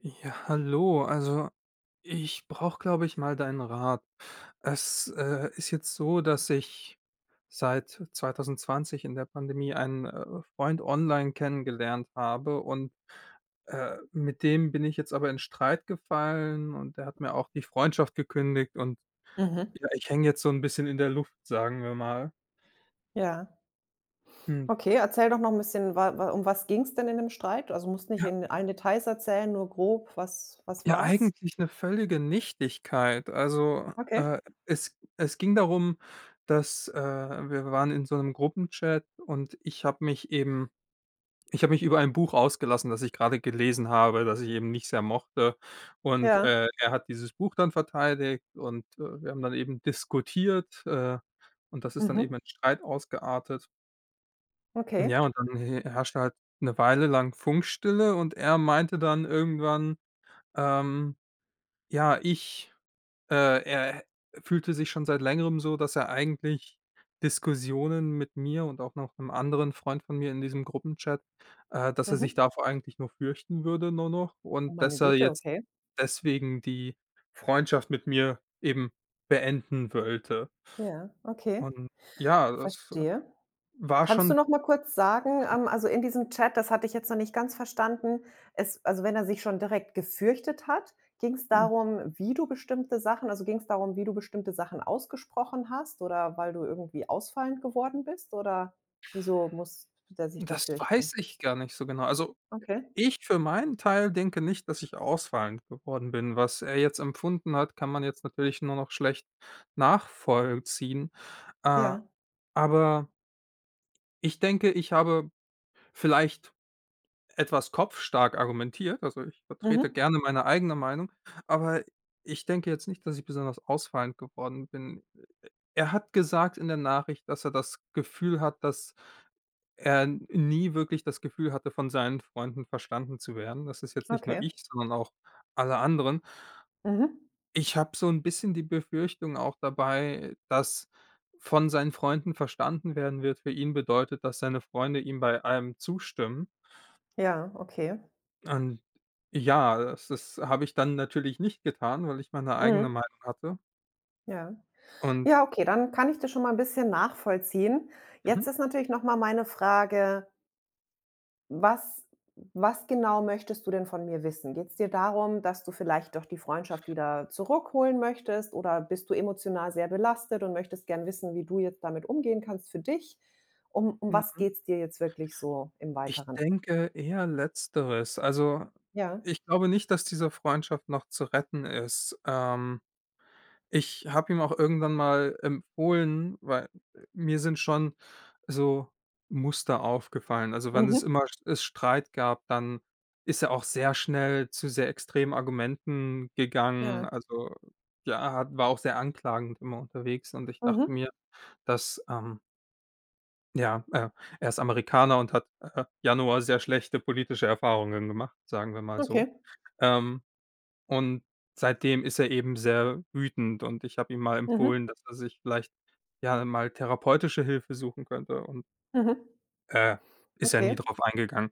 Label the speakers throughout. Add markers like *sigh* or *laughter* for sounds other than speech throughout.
Speaker 1: Ja, hallo. Also, ich brauche, glaube ich, mal deinen Rat. Es ist jetzt so, dass ich seit 2020 in der Pandemie einen Freund online kennengelernt habe und mit dem bin ich jetzt aber in Streit gefallen und der hat mir auch die Freundschaft gekündigt und
Speaker 2: Mhm.
Speaker 1: ja, ich hänge jetzt so ein bisschen in der Luft, sagen wir mal.
Speaker 2: Ja.
Speaker 1: Hm.
Speaker 2: Okay, erzähl doch noch ein bisschen, wa wa um was ging es denn in dem Streit? Also, musst nicht in allen Details erzählen, nur grob, was
Speaker 1: Ja,
Speaker 2: war's?
Speaker 1: eigentlich eine völlige Nichtigkeit. Also,
Speaker 2: Okay,
Speaker 1: es ging darum, dass, äh wir waren in so einem Gruppenchat und ich habe mich über ein Buch ausgelassen, das ich gerade gelesen habe, das ich eben nicht sehr mochte. Und,
Speaker 2: ja.
Speaker 1: er hat dieses Buch dann verteidigt und, wir haben dann eben diskutiert, und das ist dann eben
Speaker 2: Mhm.
Speaker 1: in Streit ausgeartet.
Speaker 2: Okay.
Speaker 1: Ja, und dann he herrschte halt eine Weile lang Funkstille und er meinte dann irgendwann, ähm ja, ich er fühlte sich schon seit Längerem so, dass er eigentlich Diskussionen mit mir und auch noch einem anderen Freund von mir in diesem Gruppenchat, dass er sich
Speaker 2: Mhm.
Speaker 1: davor eigentlich nur fürchten würde, nur noch, und
Speaker 2: Oh, meine
Speaker 1: dass er
Speaker 2: Güte,
Speaker 1: jetzt
Speaker 2: okay.
Speaker 1: deswegen die Freundschaft mit mir eben beenden wollte.
Speaker 2: Ja, okay.
Speaker 1: Und ja, das
Speaker 2: Verstehe.
Speaker 1: war
Speaker 2: Kannst du
Speaker 1: schon.
Speaker 2: noch mal kurz sagen, also in diesem Chat, das hatte ich jetzt noch nicht ganz verstanden, es also wenn er sich schon direkt gefürchtet hat, ging es
Speaker 1: hm,
Speaker 2: darum, wie du bestimmte Sachen also ging es darum, wie du bestimmte Sachen ausgesprochen hast oder weil du irgendwie ausfallend geworden bist oder wieso muss der sich da
Speaker 1: Das
Speaker 2: fürchten?
Speaker 1: weiß ich gar nicht so genau. Also,
Speaker 2: Okay,
Speaker 1: ich für meinen Teil denke nicht, dass ich ausfallend geworden bin. Was er jetzt empfunden hat, kann man jetzt natürlich nur noch schlecht nachvollziehen. Äh,
Speaker 2: ja.
Speaker 1: aber ich denke, ich habe vielleicht etwas kopfstark argumentiert, also, ich vertrete
Speaker 2: Mhm.
Speaker 1: gerne meine eigene Meinung, aber ich denke jetzt nicht, dass ich besonders ausfallend geworden bin. Er hat gesagt in der Nachricht, dass er das Gefühl hat, dass er nie wirklich das Gefühl hatte, von seinen Freunden verstanden zu werden. Das ist jetzt nicht nur
Speaker 2: Okay.
Speaker 1: ich, sondern auch alle anderen.
Speaker 2: Mhm.
Speaker 1: Ich habe so ein bisschen die Befürchtung auch dabei, dass von seinen Freunden verstanden werden wird für ihn bedeutet, dass seine Freunde ihm bei allem zustimmen.
Speaker 2: Ja, okay.
Speaker 1: Und ja, das habe ich dann natürlich nicht getan, weil ich meine eigene
Speaker 2: Mhm.
Speaker 1: Meinung hatte
Speaker 2: Ja.
Speaker 1: und
Speaker 2: Ja, okay, dann kann ich das schon mal ein bisschen nachvollziehen. Jetzt
Speaker 1: mhm.
Speaker 2: ist natürlich noch mal meine Frage. Was Was genau möchtest du denn von mir wissen? Geht es dir darum, dass du vielleicht doch die Freundschaft wieder zurückholen möchtest, oder bist du emotional sehr belastet und möchtest gern wissen, wie du jetzt damit umgehen kannst für dich? Um was geht es dir jetzt wirklich so im
Speaker 1: Ich
Speaker 2: Weiteren?
Speaker 1: denke eher Letzteres. Also,
Speaker 2: Ja.
Speaker 1: ich glaube nicht, dass diese Freundschaft noch zu retten ist. Ich habe ihm auch irgendwann mal empfohlen, weil mir sind schon so Muster aufgefallen. Also, wenn es
Speaker 2: Mhm.
Speaker 1: immer st es Streit gab, dann ist er auch sehr schnell zu sehr extremen Argumenten gegangen.
Speaker 2: Ja.
Speaker 1: Also, ja, hat war auch sehr anklagend immer unterwegs und ich dachte
Speaker 2: Mhm.
Speaker 1: mir, dass, ähm ja, äh, er ist Amerikaner und hat, Januar sehr schlechte politische Erfahrungen gemacht, sagen wir mal
Speaker 2: Okay.
Speaker 1: so. Ähm, und seitdem ist er eben sehr wütend und ich habe ihm mal
Speaker 2: Mhm.
Speaker 1: empfohlen, dass er sich vielleicht, ja, mal therapeutische Hilfe suchen könnte und,
Speaker 2: Mhm.
Speaker 1: äh, ist er nie
Speaker 2: Okay.
Speaker 1: drauf eingegangen.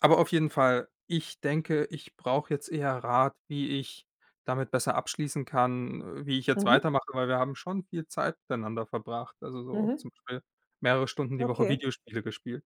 Speaker 1: Aber auf jeden Fall, ich denke, ich brauche jetzt eher Rat, wie ich damit besser abschließen kann, wie ich jetzt
Speaker 2: Mhm.
Speaker 1: weitermache, weil wir haben schon viel Zeit miteinander verbracht, also so
Speaker 2: Mhm.
Speaker 1: zum Beispiel mehrere Stunden die Woche
Speaker 2: Okay.
Speaker 1: Videospiele gespielt.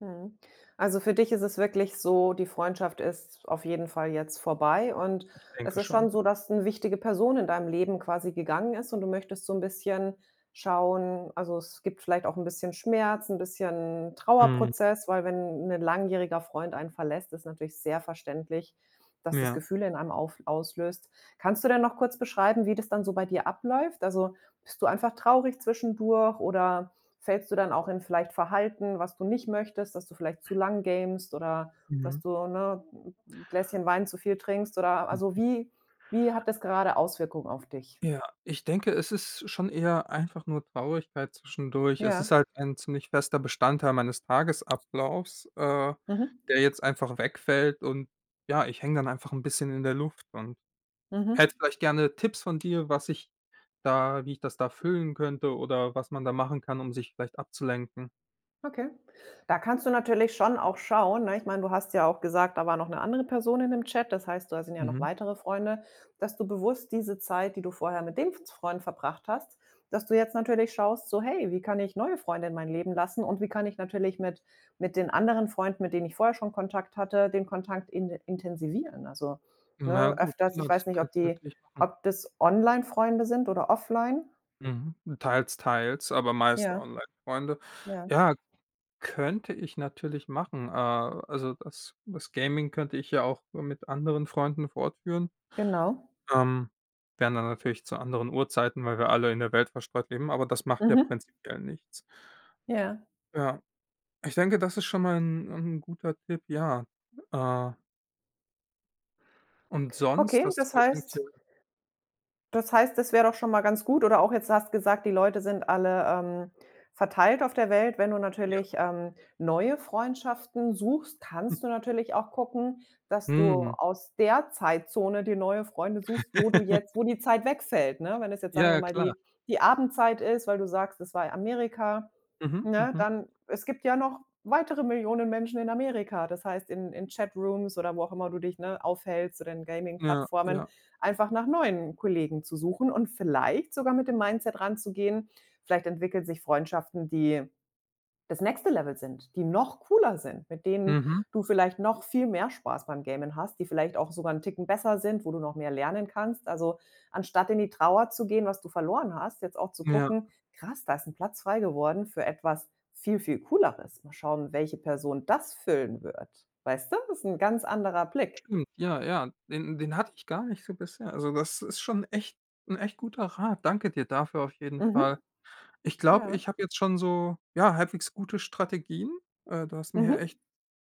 Speaker 2: Mhm. Also für dich ist es wirklich so, die Freundschaft ist auf jeden Fall jetzt vorbei, und
Speaker 1: Ich
Speaker 2: es
Speaker 1: denke
Speaker 2: ist
Speaker 1: schon.
Speaker 2: schon so, dass eine wichtige Person in deinem Leben quasi gegangen ist und du möchtest so ein bisschen schauen. Also, es gibt vielleicht auch ein bisschen Schmerz, ein bisschen
Speaker 1: Mhm.
Speaker 2: Trauerprozess, weil wenn ein langjähriger Freund einen verlässt, ist natürlich sehr verständlich, dass das
Speaker 1: Ja.
Speaker 2: Gefühle in einem auf auslöst. Kannst du denn noch kurz beschreiben, wie das dann so bei dir abläuft? Also, bist du einfach traurig zwischendurch, oder fällst du dann auch in vielleicht Verhalten, was du nicht möchtest, dass du vielleicht zu lang gamest, oder dass
Speaker 1: Mhm.
Speaker 2: du, ne, 'n Gläschen Wein zu viel trinkst, oder also,
Speaker 1: Hm.
Speaker 2: wie hat das gerade Auswirkungen auf dich?
Speaker 1: Ja, ich denke, es ist schon eher einfach nur Traurigkeit zwischendurch. Es ist
Speaker 2: Ja.
Speaker 1: halt ein ziemlich fester Bestandteil meines Tagesablaufs,
Speaker 2: Mhm.
Speaker 1: der jetzt einfach wegfällt und ja, ich hänge dann einfach ein bisschen in der Luft und
Speaker 2: Mhm.
Speaker 1: hätte vielleicht gerne Tipps von dir, was ich da wie ich das da füllen könnte oder was man da machen kann, um sich vielleicht abzulenken.
Speaker 2: Okay. Da kannst du natürlich schon auch schauen, ne? Ich meine, du hast ja auch gesagt, da war noch eine andere Person in dem Chat, das heißt, da sind ja noch
Speaker 1: Mhm.
Speaker 2: weitere Freunde, dass du bewusst diese Zeit, die du vorher mit dem Freund verbracht hast, dass du jetzt natürlich schaust so: „Hey, wie kann ich neue Freunde in mein Leben lassen und wie kann ich natürlich mit den anderen Freunden, mit denen ich vorher schon Kontakt hatte, den Kontakt in intensivieren?“ Also,
Speaker 1: Na
Speaker 2: ne,
Speaker 1: gut,
Speaker 2: öfters,
Speaker 1: ja,
Speaker 2: ich
Speaker 1: das
Speaker 2: weiß nicht,
Speaker 1: könnte ich natürlich machen.
Speaker 2: ob das Online-Freunde sind oder offline?
Speaker 1: Mhm. Teils, teils, aber meist
Speaker 2: Ja,
Speaker 1: Online-Freunde.
Speaker 2: ja,
Speaker 1: Ja, könnte ich natürlich machen. Also das Gaming könnte ich ja auch mit anderen Freunden fortführen.
Speaker 2: genau.
Speaker 1: Ähm, wären dann natürlich zu anderen Uhrzeiten, weil wir alle in der Welt verstreut leben, aber das macht ja
Speaker 2: Mhm.
Speaker 1: prinzipiell nichts.
Speaker 2: Ja.
Speaker 1: Ja, ich denke, das ist schon mal ein 'n guter Tipp, ja. Äh, und sonst
Speaker 2: Okay,
Speaker 1: hast du vielleicht irgendwelche,
Speaker 2: das heißt, das wäre doch schon mal ganz gut, oder auch jetzt, du hast gesagt, die Leute sind alle, verteilt auf der Welt. Wenn du
Speaker 1: ja.
Speaker 2: natürlich, neue Freundschaften suchst, kannst du natürlich auch gucken, dass du
Speaker 1: Mhm.
Speaker 2: aus der Zeitzone dir neue Freunde suchst, wo du jetzt
Speaker 1: *laughs*
Speaker 2: wo die Zeit wegfällt, ne? Wenn es jetzt, sagen wir
Speaker 1: Ja,
Speaker 2: mal,
Speaker 1: klar.
Speaker 2: die Abendzeit ist, weil du sagst, es war Amerika.
Speaker 1: Mhm,
Speaker 2: Ne,
Speaker 1: mhm.
Speaker 2: dann, es gibt ja noch weitere Millionen Menschen in Amerika. Das heißt, in Chatrooms oder wo auch immer du dich, ne, aufhältst oder in
Speaker 1: Ja,
Speaker 2: Gaming-Plattformen
Speaker 1: ja.
Speaker 2: einfach nach neuen Kollegen zu suchen und vielleicht sogar mit dem Mindset ranzugehen. Vielleicht entwickeln sich Freundschaften, die das nächste Level sind, die noch cooler sind, mit denen
Speaker 1: Mhm,
Speaker 2: du vielleicht noch viel mehr Spaß beim Gamen hast, die vielleicht auch sogar einen Ticken besser sind, wo du noch mehr lernen kannst. Also, anstatt in die Trauer zu gehen, was du verloren hast, jetzt auch zu
Speaker 1: ja.
Speaker 2: gucken: „Krass, da ist ein Platz frei geworden für etwas viel, viel Cooleres. Mal schauen, welche Person das füllen wird.“ Weißt du? Das ist ein ganz anderer Blick.
Speaker 1: Stimmt, ja, ja, den hatte ich gar nicht so bisher. Also, das ist schon echt ein echt guter Rat. Danke dir dafür auf jeden Fall.
Speaker 2: Mhm.
Speaker 1: Ich glaube,
Speaker 2: Ja.
Speaker 1: ich habe jetzt schon so, ja, halbwegs gute Strategien. Du hast mir hier
Speaker 2: Mhm.
Speaker 1: echt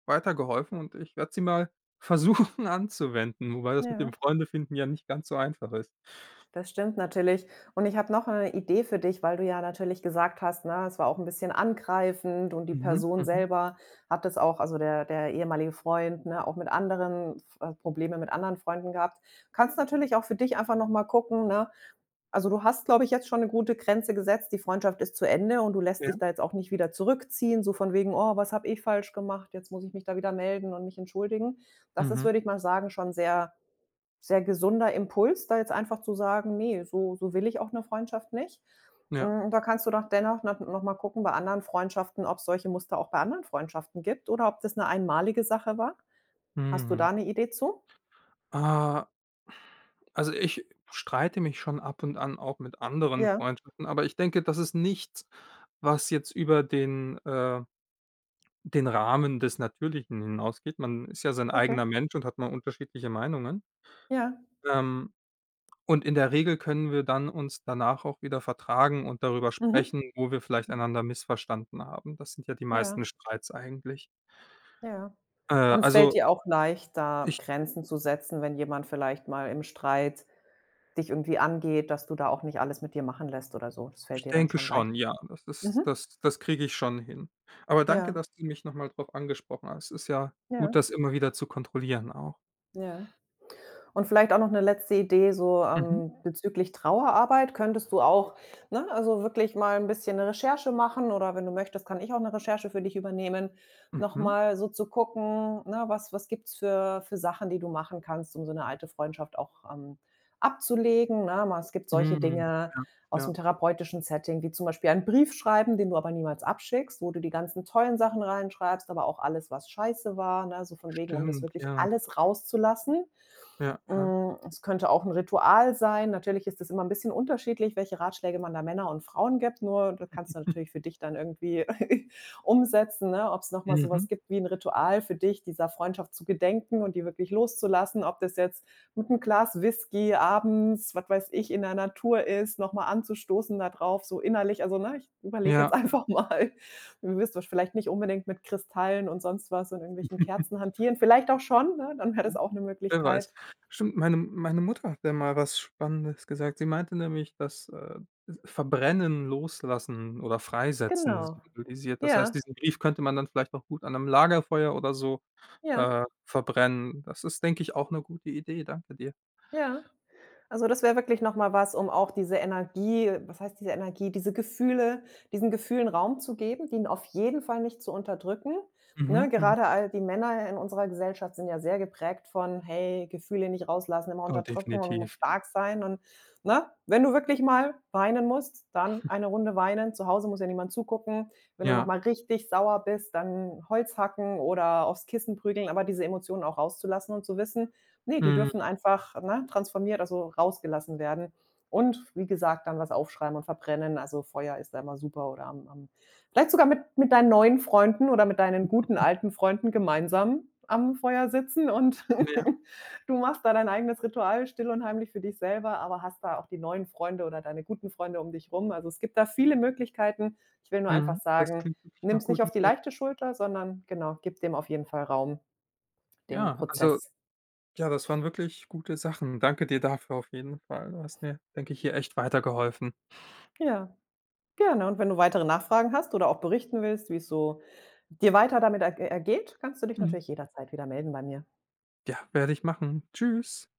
Speaker 1: weitergeholfen und ich werde sie mal versuchen *laughs* anzuwenden, wobei das mit dem
Speaker 2: Ja.
Speaker 1: Freunde finden ja nicht ganz so einfach ist.
Speaker 2: Das stimmt natürlich. Und ich habe noch eine Idee für dich, weil du ja natürlich gesagt hast, ne, es war auch ein bisschen angreifend und die
Speaker 1: Mhm,
Speaker 2: Person
Speaker 1: mhm,
Speaker 2: selber hat das auch, also, der ehemalige Freund, ne, auch mit anderen Probleme mit anderen Freunden gehabt. Kannst natürlich auch für dich einfach noch mal gucken, ne? Also, du hast, glaube ich, jetzt schon eine gute Grenze gesetzt. Die Freundschaft ist zu Ende und du lässt
Speaker 1: ja,
Speaker 2: dich da jetzt auch nicht wieder zurückziehen, so von wegen: „Oh, was habe ich falsch gemacht? Jetzt muss ich mich da wieder melden und mich entschuldigen.“ Das ist,
Speaker 1: mhm,
Speaker 2: würde ich mal sagen, schon sehr gesunder Impuls, da jetzt einfach zu sagen: nee, so will ich auch eine Freundschaft nicht.“
Speaker 1: ja,
Speaker 2: Hm, da kannst du doch dennoch noch mal gucken bei anderen Freundschaften, ob es solche Muster auch bei anderen Freundschaften gibt, oder ob das eine einmalige Sache war. Hast du
Speaker 1: mhm.
Speaker 2: da eine Idee zu?
Speaker 1: Ah. Also, ich streite mich schon ab und an auch mit anderen
Speaker 2: Ja,
Speaker 1: Freundschaften, aber ich denke, das ist nichts, was jetzt über den Rahmen des Natürlichen hinausgeht. Man ist ja sein
Speaker 2: okay.
Speaker 1: eigener Mensch und hat mal unterschiedliche Meinungen.
Speaker 2: Ja.
Speaker 1: Ähm, und in der Regel können wir dann uns danach auch wieder vertragen und darüber
Speaker 2: Mhm.
Speaker 1: sprechen, wo wir vielleicht einander missverstanden haben. Das sind ja die meisten
Speaker 2: Ja,
Speaker 1: Streits eigentlich.
Speaker 2: ja.
Speaker 1: Äh,
Speaker 2: Und es fällt
Speaker 1: also,
Speaker 2: dir auch leicht, da
Speaker 1: ich
Speaker 2: Grenzen zu setzen, wenn jemand vielleicht mal im Streit dich irgendwie angeht, dass du da auch nicht alles mit dir machen lässt oder so. Das fällt
Speaker 1: Ich
Speaker 2: dir dann
Speaker 1: denke
Speaker 2: schon leicht.
Speaker 1: schon, ja.
Speaker 2: Mhm.
Speaker 1: Das kriege ich schon hin. Aber danke,
Speaker 2: Ja,
Speaker 1: dass du mich nochmal mal drauf angesprochen hast. Es ist ja
Speaker 2: ja,
Speaker 1: gut, das immer wieder zu kontrollieren auch.
Speaker 2: ja. Und vielleicht auch noch eine letzte Idee so,
Speaker 1: Mhm.
Speaker 2: bezüglich Trauerarbeit könntest du auch, ne, also wirklich mal ein bisschen eine Recherche machen, oder wenn du möchtest, kann ich auch eine Recherche für dich übernehmen, noch
Speaker 1: Mhm.
Speaker 2: mal so zu gucken, ne, was gibt's für Sachen, die du machen kannst, um so eine alte Freundschaft auch, abzulegen, ne? Ma Es gibt solche
Speaker 1: Hm,
Speaker 2: Dinge
Speaker 1: ja,
Speaker 2: aus
Speaker 1: ja.
Speaker 2: dem therapeutischen Setting, wie zum Beispiel einen Brief schreiben, den du aber niemals abschickst, wo du die ganzen tollen Sachen reinschreibst, aber auch alles, was scheiße war, ne, so von wegen, um das
Speaker 1: Stimmt,
Speaker 2: wirklich
Speaker 1: ja.
Speaker 2: alles rauszulassen.
Speaker 1: Ja, ja.
Speaker 2: Hm, es könnte auch ein Ritual sein. Natürlich ist es immer ein bisschen unterschiedlich, welche Ratschläge man da Männer und Frauen gibt. Nur das kannst du natürlich für dich dann irgendwie *laughs* umsetzen, ne? Ob's noch mal so
Speaker 1: Mhm.
Speaker 2: was gibt wie ein Ritual für dich, dieser Freundschaft zu gedenken und die wirklich loszulassen, ob das jetzt mit einem Glas Whisky abends, was weiß ich, in der Natur ist, noch mal anzustoßen da drauf, so innerlich. Also, ne, ich überlege
Speaker 1: Ja.
Speaker 2: jetzt einfach *laughs* mal. Du wirst wahrsch vielleicht nicht unbedingt mit Kristallen und sonst was und irgendwelchen
Speaker 1: *laughs*
Speaker 2: Kerzen hantieren. Vielleicht auch schon, ne? Dann wäre das
Speaker 1: Mhm.
Speaker 2: auch eine
Speaker 1: Wer weiß.
Speaker 2: Möglichkeit.
Speaker 1: Stimmt, meine Mutter hat da mal was Spannendes gesagt. Sie meinte nämlich, dass, Verbrennen, Loslassen oder Freisetzen
Speaker 2: Genau.
Speaker 1: symbolisiert. Das heißt,
Speaker 2: Ja,
Speaker 1: diesen Brief könnte man dann vielleicht auch gut an einem Lagerfeuer oder so,
Speaker 2: ja,
Speaker 1: verbrennen. Das ist, denke ich, auch eine gute Idee. Danke dir.
Speaker 2: ja. Also, das wäre wirklich noch mal was, um auch diese Energie, was heißt diese Energie, diesen Gefühlen Raum zu geben, die auf jeden Fall nicht zu unterdrücken,
Speaker 1: Mhm,
Speaker 2: ne?
Speaker 1: mhm.
Speaker 2: Gerade all die Männer in unserer Gesellschaft sind ja sehr geprägt von: „Hey, Gefühle nicht rauslassen, immer
Speaker 1: Oh,
Speaker 2: unterdrücken und muss
Speaker 1: definitiv.
Speaker 2: stark sein“ und, ne? Wenn du wirklich mal weinen musst, dann eine Runde weinen. Zu Hause muss ja niemand zugucken. Wenn du noch
Speaker 1: Ja.
Speaker 2: mal richtig sauer bist, dann Holz hacken oder aufs Kissen prügeln, aber diese Emotionen auch rauszulassen und zu wissen: Ne, die
Speaker 1: Mhm.
Speaker 2: dürfen einfach, ne, transformiert, also rausgelassen werden, und wie gesagt, dann was aufschreiben und verbrennen. Also, Feuer ist da immer super. Oder am vielleicht sogar mit deinen neuen Freunden oder mit deinen guten alten Freunden gemeinsam am Feuer sitzen und
Speaker 1: Ja.
Speaker 2: *laughs* du machst da dein eigenes Ritual still und heimlich für dich selber, aber hast da auch die neuen Freunde oder deine guten Freunde um dich rum. Also, es gibt da viele Möglichkeiten. Ich will nur einfach
Speaker 1: Mhm. Das
Speaker 2: sagen,
Speaker 1: klingt wirklich nach
Speaker 2: nimm's nicht
Speaker 1: guten
Speaker 2: auf die
Speaker 1: Ideen.
Speaker 2: leichte Schulter, sondern genau, gib dem auf jeden Fall Raum, dem
Speaker 1: Ja, also
Speaker 2: Prozess.
Speaker 1: ja, das waren wirklich gute Sachen. Danke dir dafür auf jeden Fall. Du hast mir, denke ich, hier echt weitergeholfen.
Speaker 2: Ja. Gerne, und wenn du weitere Nachfragen hast oder auch berichten willst, wie es so dir weiter damit er ergeht, kannst du dich
Speaker 1: Mhm.
Speaker 2: natürlich jederzeit wieder melden bei mir.
Speaker 1: Ja, werde ich machen. Tschüss.